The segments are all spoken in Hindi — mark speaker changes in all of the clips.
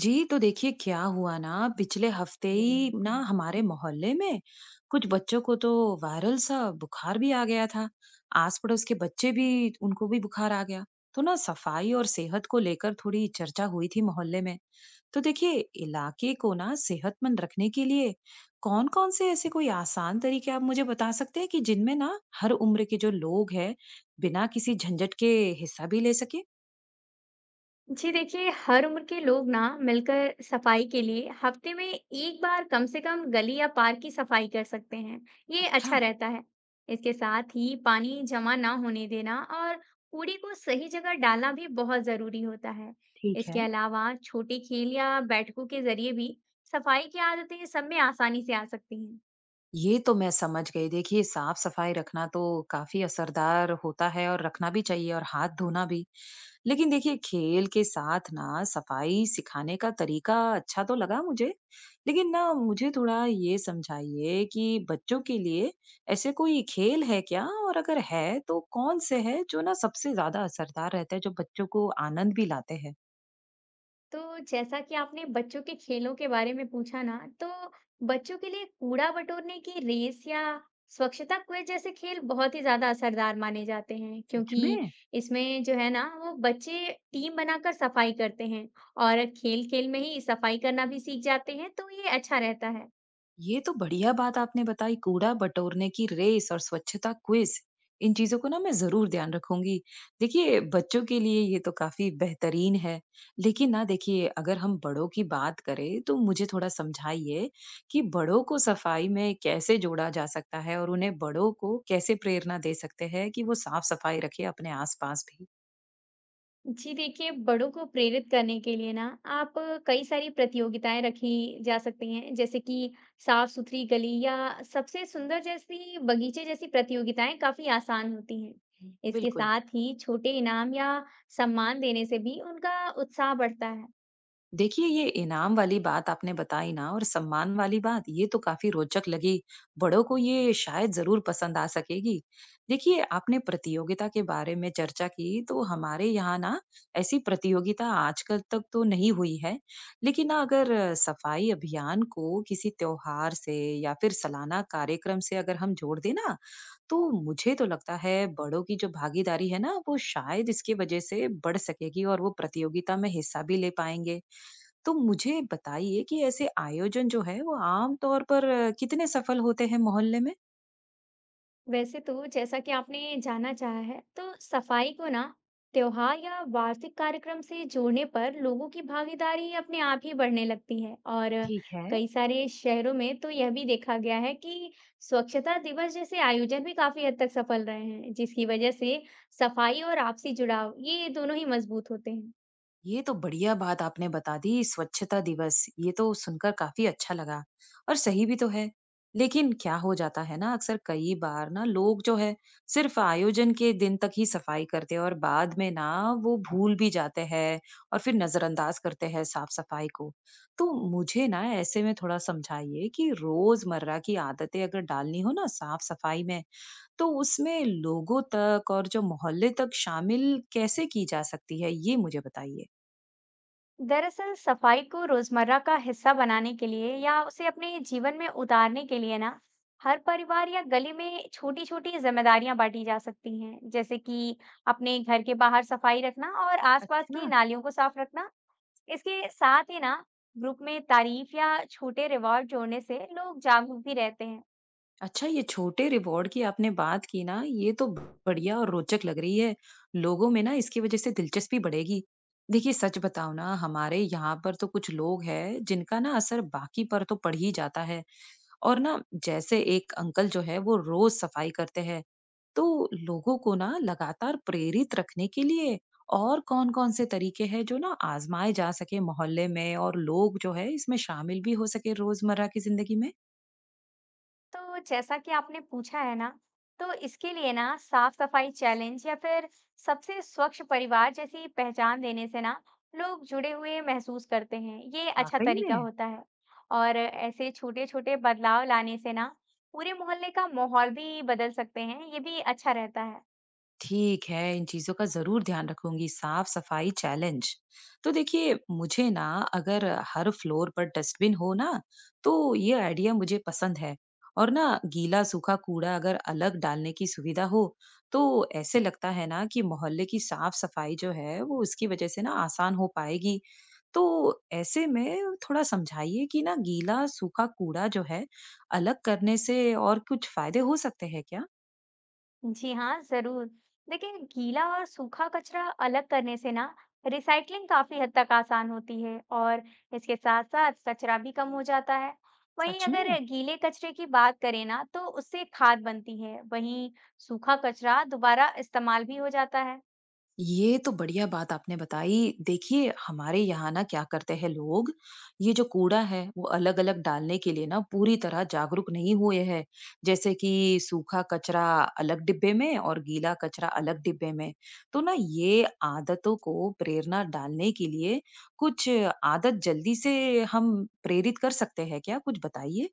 Speaker 1: जी, तो देखिए क्या हुआ ना, पिछले हफ्ते ही ना हमारे मोहल्ले में कुछ बच्चों को तो वायरल सा बुखार भी आ गया था। आस-पड़ोस के बच्चे भी, उनको भी बुखार आ गया। तो ना सफाई और सेहत को लेकर थोड़ी चर्चा हुई थी मोहल्ले में। तो देखिए, इलाके को ना सेहतमंद रखने के लिए कौन-कौन से ऐसे कोई आसान तरीके आप मुझे बता सकते हैं कि जिनमें ना हर उम्र के जो लोग हैं, बिना किसी झंझट के हिस्सा भी ले सके?
Speaker 2: जी देखिए, हर उम्र के लोग ना मिलकर सफाई के लिए हफ्ते में एक बार कम से कम गली या पार्क की सफाई कर सकते हैं। ये
Speaker 1: अच्छा,
Speaker 2: अच्छा रहता है। इसके साथ ही पानी जमा ना होने देना और कूड़े को सही जगह डालना भी बहुत जरूरी होता है।
Speaker 1: ठीक
Speaker 2: इसके
Speaker 1: है।
Speaker 2: अलावा छोटे खेल या बैठकों के जरिए भी सफाई की आदतें सब में आसानी से आ सकती हैं।
Speaker 1: ये तो मैं समझ गई। देखिए, साफ-सफाई रखना तो काफ़ी असरदार होता है, और रखना भी चाहिए, और हाथ धोना भी। लेकिन देखिए, खेल के साथ ना सफाई सिखाने का तरीका अच्छा तो लगा मुझे। लेकिन ना मुझे थोड़ा ये समझाइए कि बच्चों के लिए ऐसे कोई खेल है क्या? और अगर है, तो कौन से हैं जो ना सबसे ज़्यादा असरदार रहते हैं, जो बच्चों को आनंद भी लाते हैं?
Speaker 2: तो जैसा कि आपने बच्चों के खेलों के बारे में पूछा ना, तो बच्चों के लिए कूड़ा बटोरने की रेस या स्वच्छता क्विज जैसे खेल बहुत ही ज्यादा असरदार माने जाते हैं,
Speaker 1: सच में?
Speaker 2: क्योंकि इसमें जो है ना, वो बच्चे टीम बनाकर सफाई करते हैं और खेल खेल में ही सफाई करना भी सीख जाते हैं। तो ये अच्छा रहता है।
Speaker 1: ये तो बढ़िया बात आपने बताई, कूड़ा बटोरने की रेस और स्वच्छता क्विज। इन चीजों को ना मैं जरूर ध्यान रखूंगी। देखिए, बच्चों के लिए ये तो काफी बेहतरीन है। लेकिन ना देखिए, अगर हम बड़ों की बात करें, तो मुझे थोड़ा समझाइए कि बड़ों को सफाई में कैसे जोड़ा जा सकता है, और उन्हें, बड़ों को, कैसे प्रेरणा दे सकते हैं कि वो साफ सफाई रखे अपने आसपास भी।
Speaker 2: जी देखिए, बड़ों को प्रेरित करने के लिए ना, आप कई सारी प्रतियोगिताएं रखी जा सकती हैं, जैसे कि साफ सुथरी गली या सबसे सुंदर जैसी बगीचे जैसी प्रतियोगिताएं काफी आसान होती हैं। इसके
Speaker 1: बिल्कुल।
Speaker 2: साथ ही छोटे इनाम या सम्मान देने से भी उनका उत्साह बढ़ता है।
Speaker 1: देखिए, ये इनाम वाली बात आपने बताई ना, और सम्मान वाली बात, ये तो काफी रोचक लगी। बड़ों को ये शायद जरूर पसंद आ सकेगी। देखिए, आपने प्रतियोगिता के बारे में चर्चा की, तो हमारे यहाँ ना ऐसी प्रतियोगिता आजकल तक तो नहीं हुई है। लेकिन ना, अगर सफाई अभियान को किसी त्योहार से या फिर सालाना कार्यक्रम से अगर हम जोड़ दें ना, तो मुझे तो लगता है बड़ों की जो भागीदारी है ना, वो शायद इसकी वजह से बढ़ सकेगी, और वो प्रतियोगिता में हिस्सा भी ले पाएंगे। तो मुझे बताइए कि ऐसे आयोजन जो है, वो आम तौर पर कितने सफल होते हैं मोहल्ले में?
Speaker 2: वैसे तो जैसा कि आपने जाना चाहा है, तो सफाई को ना त्योहार या वार्षिक कार्यक्रम से जोड़ने पर लोगों की भागीदारी अपने आप ही बढ़ने लगती है। और
Speaker 1: ठीक है।
Speaker 2: कई सारे शहरों में तो यह भी देखा गया है कि स्वच्छता दिवस जैसे आयोजन भी काफी हद तक सफल रहे हैं, जिसकी वजह से सफाई और आपसी जुड़ाव ये दोनों ही मजबूत होते हैं।
Speaker 1: ये तो बढ़िया बात आपने बता दी, स्वच्छता दिवस, ये तो सुनकर काफी अच्छा लगा। और सही भी तो है। लेकिन क्या हो जाता है ना, अक्सर कई बार ना लोग जो है, सिर्फ आयोजन के दिन तक ही सफाई करते हैं, और बाद में ना वो भूल भी जाते हैं, और फिर नजरअंदाज करते हैं साफ सफाई को। तो मुझे ना ऐसे में थोड़ा समझाइए कि रोजमर्रा की आदतें अगर डालनी हो ना साफ सफाई में, तो उसमें लोगों तक और जो मोहल्ले तक शामिल कैसे की जा सकती है, ये मुझे बताइए।
Speaker 2: दरअसल सफाई को रोजमर्रा का हिस्सा बनाने के लिए या उसे अपने जीवन में उतारने के लिए ना, हर परिवार या गली में छोटी छोटी जिम्मेदारियां बांटी जा सकती हैं, जैसे कि अपने घर के बाहर सफाई रखना और आसपास
Speaker 1: अच्छा।
Speaker 2: की नालियों को साफ रखना। इसके साथ ही ना, ग्रुप में तारीफ या छोटे रिवॉर्ड जोड़ने से लोग जागरूक भी रहते हैं।
Speaker 1: अच्छा, ये छोटे रिवॉर्ड की आपने बात की ना, ये तो बढ़िया और रोचक लग रही है। लोगों में ना इसकी वज़ह से दिलचस्पी बढ़ेगी। देखिए, सच बताऊँ ना, हमारे यहाँ पर तो कुछ लोग हैं जिनका ना असर बाकी पर तो पड़ ही जाता है। और ना, जैसे एक अंकल जो है, वो रोज़ सफाई करते हैं। तो लोगों को ना लगातार प्रेरित रखने के लिए और कौन-कौन से तरीके हैं जो ना आज़माए जा सके मोहल्ले में, और लोग जो है इसमें शामिल भी हो सके रोज़मर्रा की ज़िंदगी में?
Speaker 2: तो जैसा कि आपने पूछा है ना, तो इसके लिए ना साफ सफाई चैलेंज या फिर सबसे स्वच्छ परिवार जैसी पहचान देने से ना लोग जुड़े हुए महसूस करते हैं। ये अच्छा
Speaker 1: वाक़ई
Speaker 2: तरीका
Speaker 1: में?
Speaker 2: होता है। और ऐसे छोटे-छोटे बदलाव लाने से ना पूरे मोहल्ले का माहौल भी बदल सकते हैं। ये भी अच्छा रहता है।
Speaker 1: ठीक है, इन चीज़ों का ज़रूर ध्यान रखूँगी, साफ-सफाई चैलेंज। तो देखिए, मुझे ना, अगर हर फ्लोर पर डस्टबिन हो ना, तो ये आइडिया मुझे पसंद है। और ना, गीला-सूखा कूड़ा अगर अलग डालने की सुविधा हो, तो ऐसे लगता है ना कि मोहल्ले की साफ-सफाई जो है, वो उसकी वज़ह से ना आसान हो पाएगी। तो ऐसे में थोड़ा समझाइए कि ना गीला-सूखा कूड़ा जो है, अलग करने से और कुछ फ़ायदे हो सकते हैं क्या?
Speaker 2: जी हाँ, जरूर। देखिए, गीला और सूखा कचरा अलग करने से ना रिसाइकलिंग काफी हद तक आसान होती है और इसके साथ-साथ कचरा भी कम हो जाता है। वहीं
Speaker 1: सच
Speaker 2: अगर
Speaker 1: में?
Speaker 2: गीले कचरे की बात करें ना, तो उससे खाद बनती है। वहीं सूखा कचरा दोबारा इस्तेमाल भी हो जाता है।
Speaker 1: ये तो बढ़िया बात आपने बताई। देखिए, हमारे यहाँ ना क्या करते हैं लोग, ये जो कूड़ा है, वो अलग-अलग डालने के लिए ना पूरी तरह जागरूक नहीं हुए हैं। जैसे कि सूखा कचरा अलग डिब्बे में और गीला कचरा अलग डिब्बे में। तो ना, ये आदतों को प्रेरणा डालने के लिए कुछ आदत जल्दी से हम प्रेरित कर सकते हैं क्या? कुछ बताइए।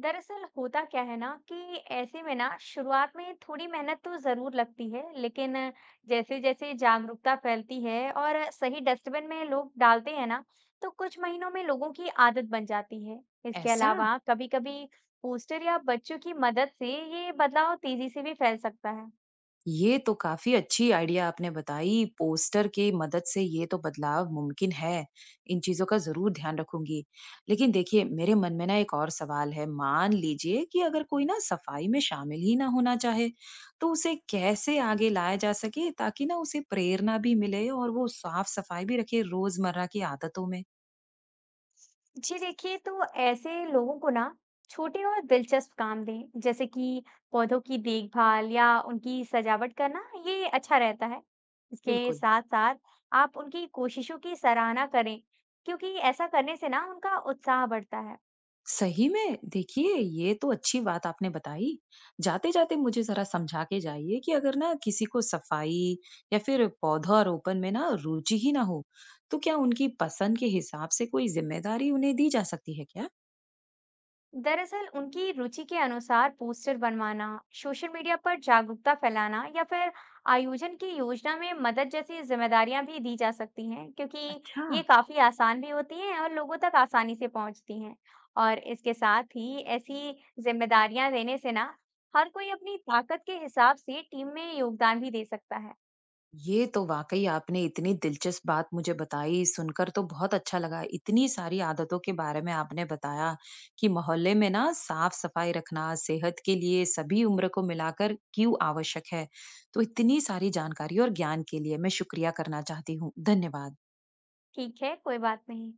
Speaker 2: दरअसल होता क्या है ना कि ऐसे में ना शुरुआत में थोड़ी मेहनत तो जरूर लगती है, लेकिन जैसे जैसे जागरूकता फैलती है और सही डस्टबिन में लोग डालते हैं ना, तो कुछ महीनों में लोगों की आदत बन जाती है। इसके
Speaker 1: ऐसा।
Speaker 2: अलावा कभी-कभी पोस्टर या बच्चों की मदद से ये बदलाव तेजी से भी फैल सकता है।
Speaker 1: ये तो काफ़ी अच्छी आइडिया आपने बताई। पोस्टर की मदद से ये तो बदलाव मुमकिन है। इन चीज़ों का ज़रूर ध्यान रखूँगी। लेकिन देखिए, मेरे मन में ना एक और सवाल है। मान लीजिए कि अगर कोई ना सफाई में शामिल ही ना होना चाहे, तो उसे कैसे आगे लाया जा सके, ताकि ना उसे प्रेरणा भी मिले और वो साफ-सफाई भी रखे रोज़मर्रा की आदतों में?
Speaker 2: जी देखिए, तो ऐसे लोगों को ना छोटे और दिलचस्प काम दें, जैसे कि पौधों की देखभाल या उनकी सजावट करना। ये अच्छा रहता है। इसके
Speaker 1: बिल्कुल।
Speaker 2: साथ साथ आप उनकी कोशिशों की सराहना करें, क्योंकि ऐसा करने से ना उनका उत्साह बढ़ता है।
Speaker 1: सही में, देखिए, ये तो अच्छी बात आपने बताई। जाते जाते मुझे जरा समझा के जाइए कि अगर ना किसी को सफाई या फिर पौधारोपण में ना रुचि ही ना हो, तो क्या उनकी पसंद के हिसाब से कोई जिम्मेदारी उन्हें दी जा सकती है क्या?
Speaker 2: दरअसल उनकी रुचि के अनुसार पोस्टर बनवाना, सोशल मीडिया पर जागरूकता फैलाना या फिर आयोजन की योजना में मदद जैसी जिम्मेदारियां भी दी जा सकती हैं, क्योंकि
Speaker 1: अच्छा।
Speaker 2: ये काफी आसान भी होती हैं और लोगों तक आसानी से पहुंचती हैं। और इसके साथ ही ऐसी जिम्मेदारियां देने से ना हर कोई अपनी ताकत के हिसाब से टीम में योगदान भी दे सकता है।
Speaker 1: ये तो वाक़ई आपने इतनी दिलचस्प बात मुझे बताई, सुनकर तो बहुत अच्छा लगा। इतनी सारी आदतों के बारे में आपने बताया कि मोहल्ले में ना साफ-सफाई रखना सेहत के लिए सभी उम्र को मिलाकर क्यों आवश्यक है। तो इतनी सारी जानकारी और ज्ञान के लिए मैं शुक्रिया करना चाहती हूँ। धन्यवाद।
Speaker 2: ठीक है, कोई बात नहीं।